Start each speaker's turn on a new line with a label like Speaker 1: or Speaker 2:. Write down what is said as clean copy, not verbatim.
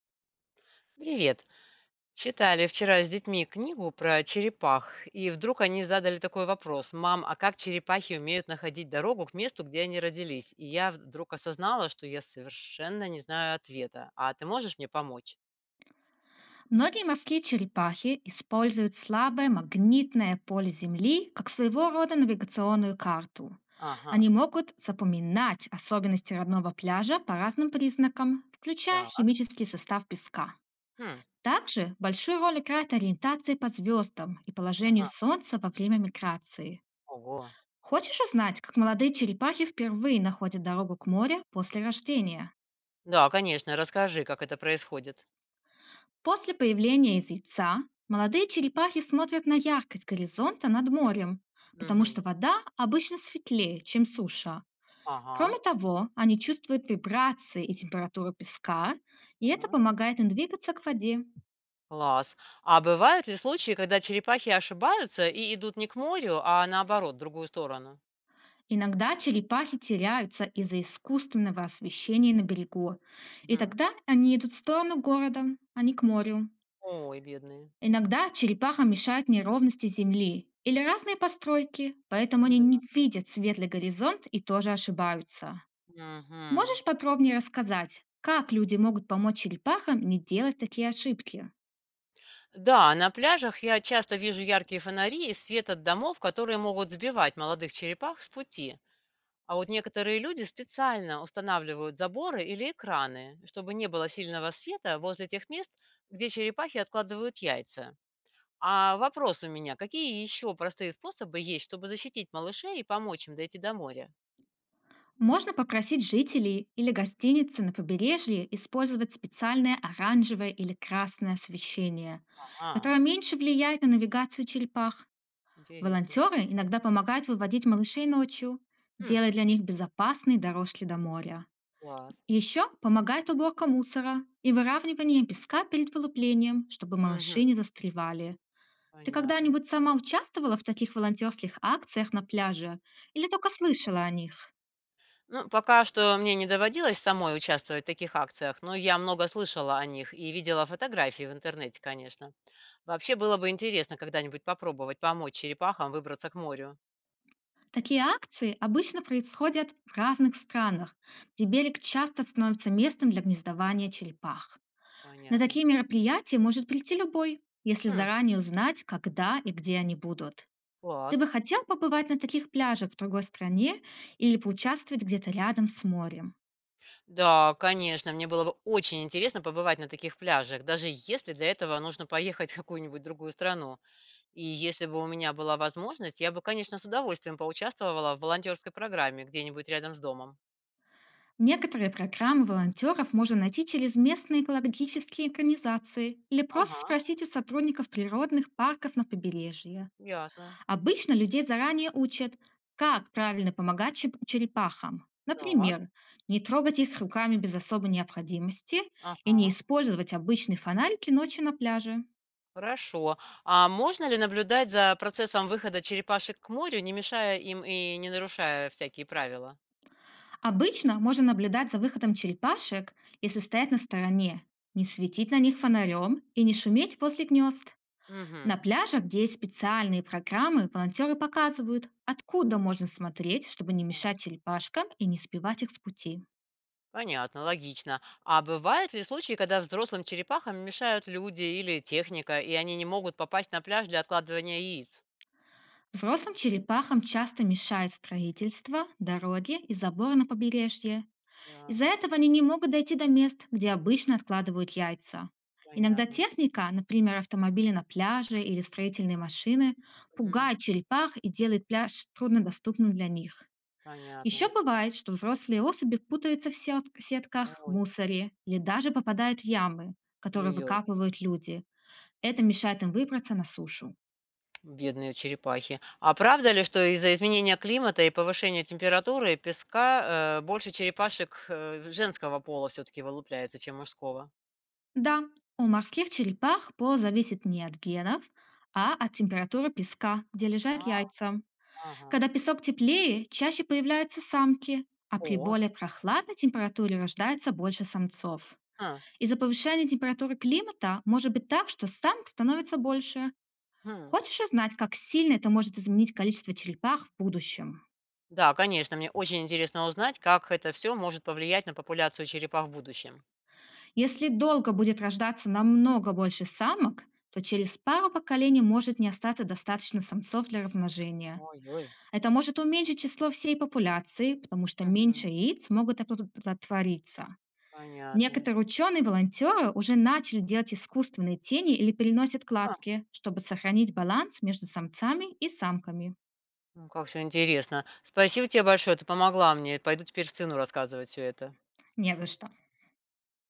Speaker 1: Привет. Читали вчера с детьми книгу про черепах, и вдруг они задали такой вопрос. Мам, а как черепахи умеют находить дорогу к месту, где они родились? И я вдруг осознала, что я совершенно не знаю ответа. А ты можешь мне помочь?
Speaker 2: Многие морские черепахи используют слабое магнитное поле Земли как своего рода навигационную карту.
Speaker 1: Ага,
Speaker 2: Они могут запоминать особенности родного пляжа по разным признакам, включая
Speaker 1: так.
Speaker 2: химический состав песка.
Speaker 1: Хм,
Speaker 2: Также большую роль играет ориентация по звездам и положению
Speaker 1: ага,
Speaker 2: Солнца во время миграции.
Speaker 1: ого.
Speaker 2: Хочешь узнать, как молодые черепахи впервые находят дорогу к морю после рождения?
Speaker 1: Да, конечно, расскажи, как это происходит.
Speaker 2: После появления из яйца молодые черепахи смотрят на яркость горизонта над морем, потому
Speaker 1: Мгм.
Speaker 2: что вода обычно светлее, чем суша.
Speaker 1: Ага,
Speaker 2: Кроме того, они чувствуют вибрации и температуру песка, и это
Speaker 1: ага.
Speaker 2: помогает им двигаться к воде.
Speaker 1: Класс. А бывают ли случаи, когда черепахи ошибаются и идут не к морю, а наоборот, в другую сторону?
Speaker 2: Иногда черепахи теряются из-за искусственного освещения на берегу, и
Speaker 1: Мгм.
Speaker 2: тогда они идут в сторону города, а не к морю.
Speaker 1: Ой, бедные.
Speaker 2: Иногда черепаха мешает неровности Земли или разные постройки, поэтому
Speaker 1: Ну
Speaker 2: они не
Speaker 1: да.
Speaker 2: видят светлый горизонт и тоже ошибаются.
Speaker 1: Мгм.
Speaker 2: Можешь подробнее рассказать, как люди могут помочь черепахам не делать такие ошибки?
Speaker 1: Да, на пляжах я часто вижу яркие фонари и свет от домов, которые могут сбивать молодых черепах с пути. А вот некоторые люди специально устанавливают заборы или экраны, чтобы не было сильного света возле тех мест, где черепахи откладывают яйца. А вопрос у меня, какие еще простые способы есть, чтобы защитить малышей и помочь им дойти до моря?
Speaker 2: Можно попросить жителей или гостиницы на побережье использовать специальное оранжевое или красное освещение,
Speaker 1: А,
Speaker 2: которое меньше влияет на навигацию черепах.
Speaker 1: интересно.
Speaker 2: Волонтеры иногда помогают выводить малышей ночью,
Speaker 1: М,
Speaker 2: делая для них безопасные дорожки до моря.
Speaker 1: класс.
Speaker 2: Еще помогает уборка мусора и выравнивание песка перед вылуплением, чтобы
Speaker 1: Мгм,
Speaker 2: малыши не застревали. Ты
Speaker 1: понятно.
Speaker 2: когда-нибудь сама участвовала в таких волонтерских акциях на пляже или только слышала о них?
Speaker 1: Ну, пока что мне не доводилось самой участвовать в таких акциях, но я много слышала о них и видела фотографии в интернете, конечно. Вообще было бы интересно когда-нибудь попробовать помочь черепахам выбраться к морю.
Speaker 2: Такие акции обычно происходят в разных странах, где берег часто становится местом для гнездования черепах. На
Speaker 1: Понятно.
Speaker 2: такие мероприятия может прийти любой, если
Speaker 1: Хм,
Speaker 2: заранее узнать, когда и где они будут. Ты
Speaker 1: класс.
Speaker 2: бы хотел побывать на таких пляжах в другой стране или поучаствовать где-то рядом с морем?
Speaker 1: Да, конечно, мне было бы очень интересно побывать на таких пляжах, даже если для этого нужно поехать в какую-нибудь другую страну. И если бы у меня была возможность, я бы, конечно, с удовольствием поучаствовала в волонтерской программе где-нибудь рядом с домом.
Speaker 2: Некоторые программы волонтеров можно найти через местные экологические организации или просто
Speaker 1: Ага,
Speaker 2: спросить у сотрудников природных парков на побережье.
Speaker 1: ясно.
Speaker 2: Обычно людей заранее учат, как правильно помогать черепахам.
Speaker 1: Так,
Speaker 2: Например, не трогать их руками без особой необходимости и не
Speaker 1: ага.
Speaker 2: использовать обычные фонарики ночью на пляже.
Speaker 1: Хорошо. А можно ли наблюдать за процессом выхода черепашек к морю, не мешая им и не нарушая всякие правила?
Speaker 2: Обычно можно наблюдать за выходом черепашек, если стоять на стороне, не светить на них фонарем и не шуметь возле гнезд. На
Speaker 1: Мгм.
Speaker 2: пляжах, где есть специальные программы, волонтеры показывают, откуда можно смотреть, чтобы не
Speaker 1: А,
Speaker 2: мешать черепашкам и не сбивать их с пути.
Speaker 1: понятно, логично. А бывают ли случаи, когда взрослым черепахам мешают люди или техника, и они не могут попасть на пляж для откладывания яиц?
Speaker 2: Взрослым черепахам часто мешает строительство, дороги и заборы на побережье.
Speaker 1: Да,
Speaker 2: Из-за этого они не могут дойти до мест, где обычно откладывают яйца. Иногда
Speaker 1: понятно.
Speaker 2: техника, например, автомобили на пляже или строительные машины,
Speaker 1: Мгм.
Speaker 2: пугает черепах и делает пляж труднодоступным для них. Еще
Speaker 1: Понятно.
Speaker 2: бывает, что взрослые особи путаются в сетках,
Speaker 1: Ой,
Speaker 2: мусоре или даже попадают в ямы, которые
Speaker 1: ой.
Speaker 2: выкапывают люди. Это мешает им выбраться на сушу.
Speaker 1: Бедные черепахи. А правда ли, что из-за изменения климата и повышения температуры песка больше черепашек женского пола все-таки вылупляется, чем мужского?
Speaker 2: Да, у морских черепах пол зависит не от генов, а от температуры песка, где лежат
Speaker 1: А,
Speaker 2: яйца.
Speaker 1: ага.
Speaker 2: Когда песок теплее, чаще появляются самки, а при
Speaker 1: О,
Speaker 2: более прохладной температуре рождается больше самцов.
Speaker 1: а,
Speaker 2: Из-за повышения температуры климата может быть так, что самок становится больше.
Speaker 1: хм.
Speaker 2: Хочешь узнать, как сильно это может изменить количество черепах в будущем?
Speaker 1: Да, конечно, мне очень интересно узнать, как это все может повлиять на популяцию черепах в будущем.
Speaker 2: Если долго будет рождаться намного больше самок, то через пару поколений может не остаться достаточно самцов для размножения.
Speaker 1: Ой-ой.
Speaker 2: Это может уменьшить число всей популяции, потому что
Speaker 1: Мгм.
Speaker 2: меньше яиц могут оплодотвориться.
Speaker 1: Понятно.
Speaker 2: Некоторые ученые-волонтеры уже начали делать искусственные тени или переносят
Speaker 1: А,
Speaker 2: кладки, чтобы сохранить баланс между самцами и самками.
Speaker 1: ну, как все интересно. Спасибо тебе большое, ты помогла мне. Пойду теперь сыну рассказывать все это.
Speaker 2: Не за что.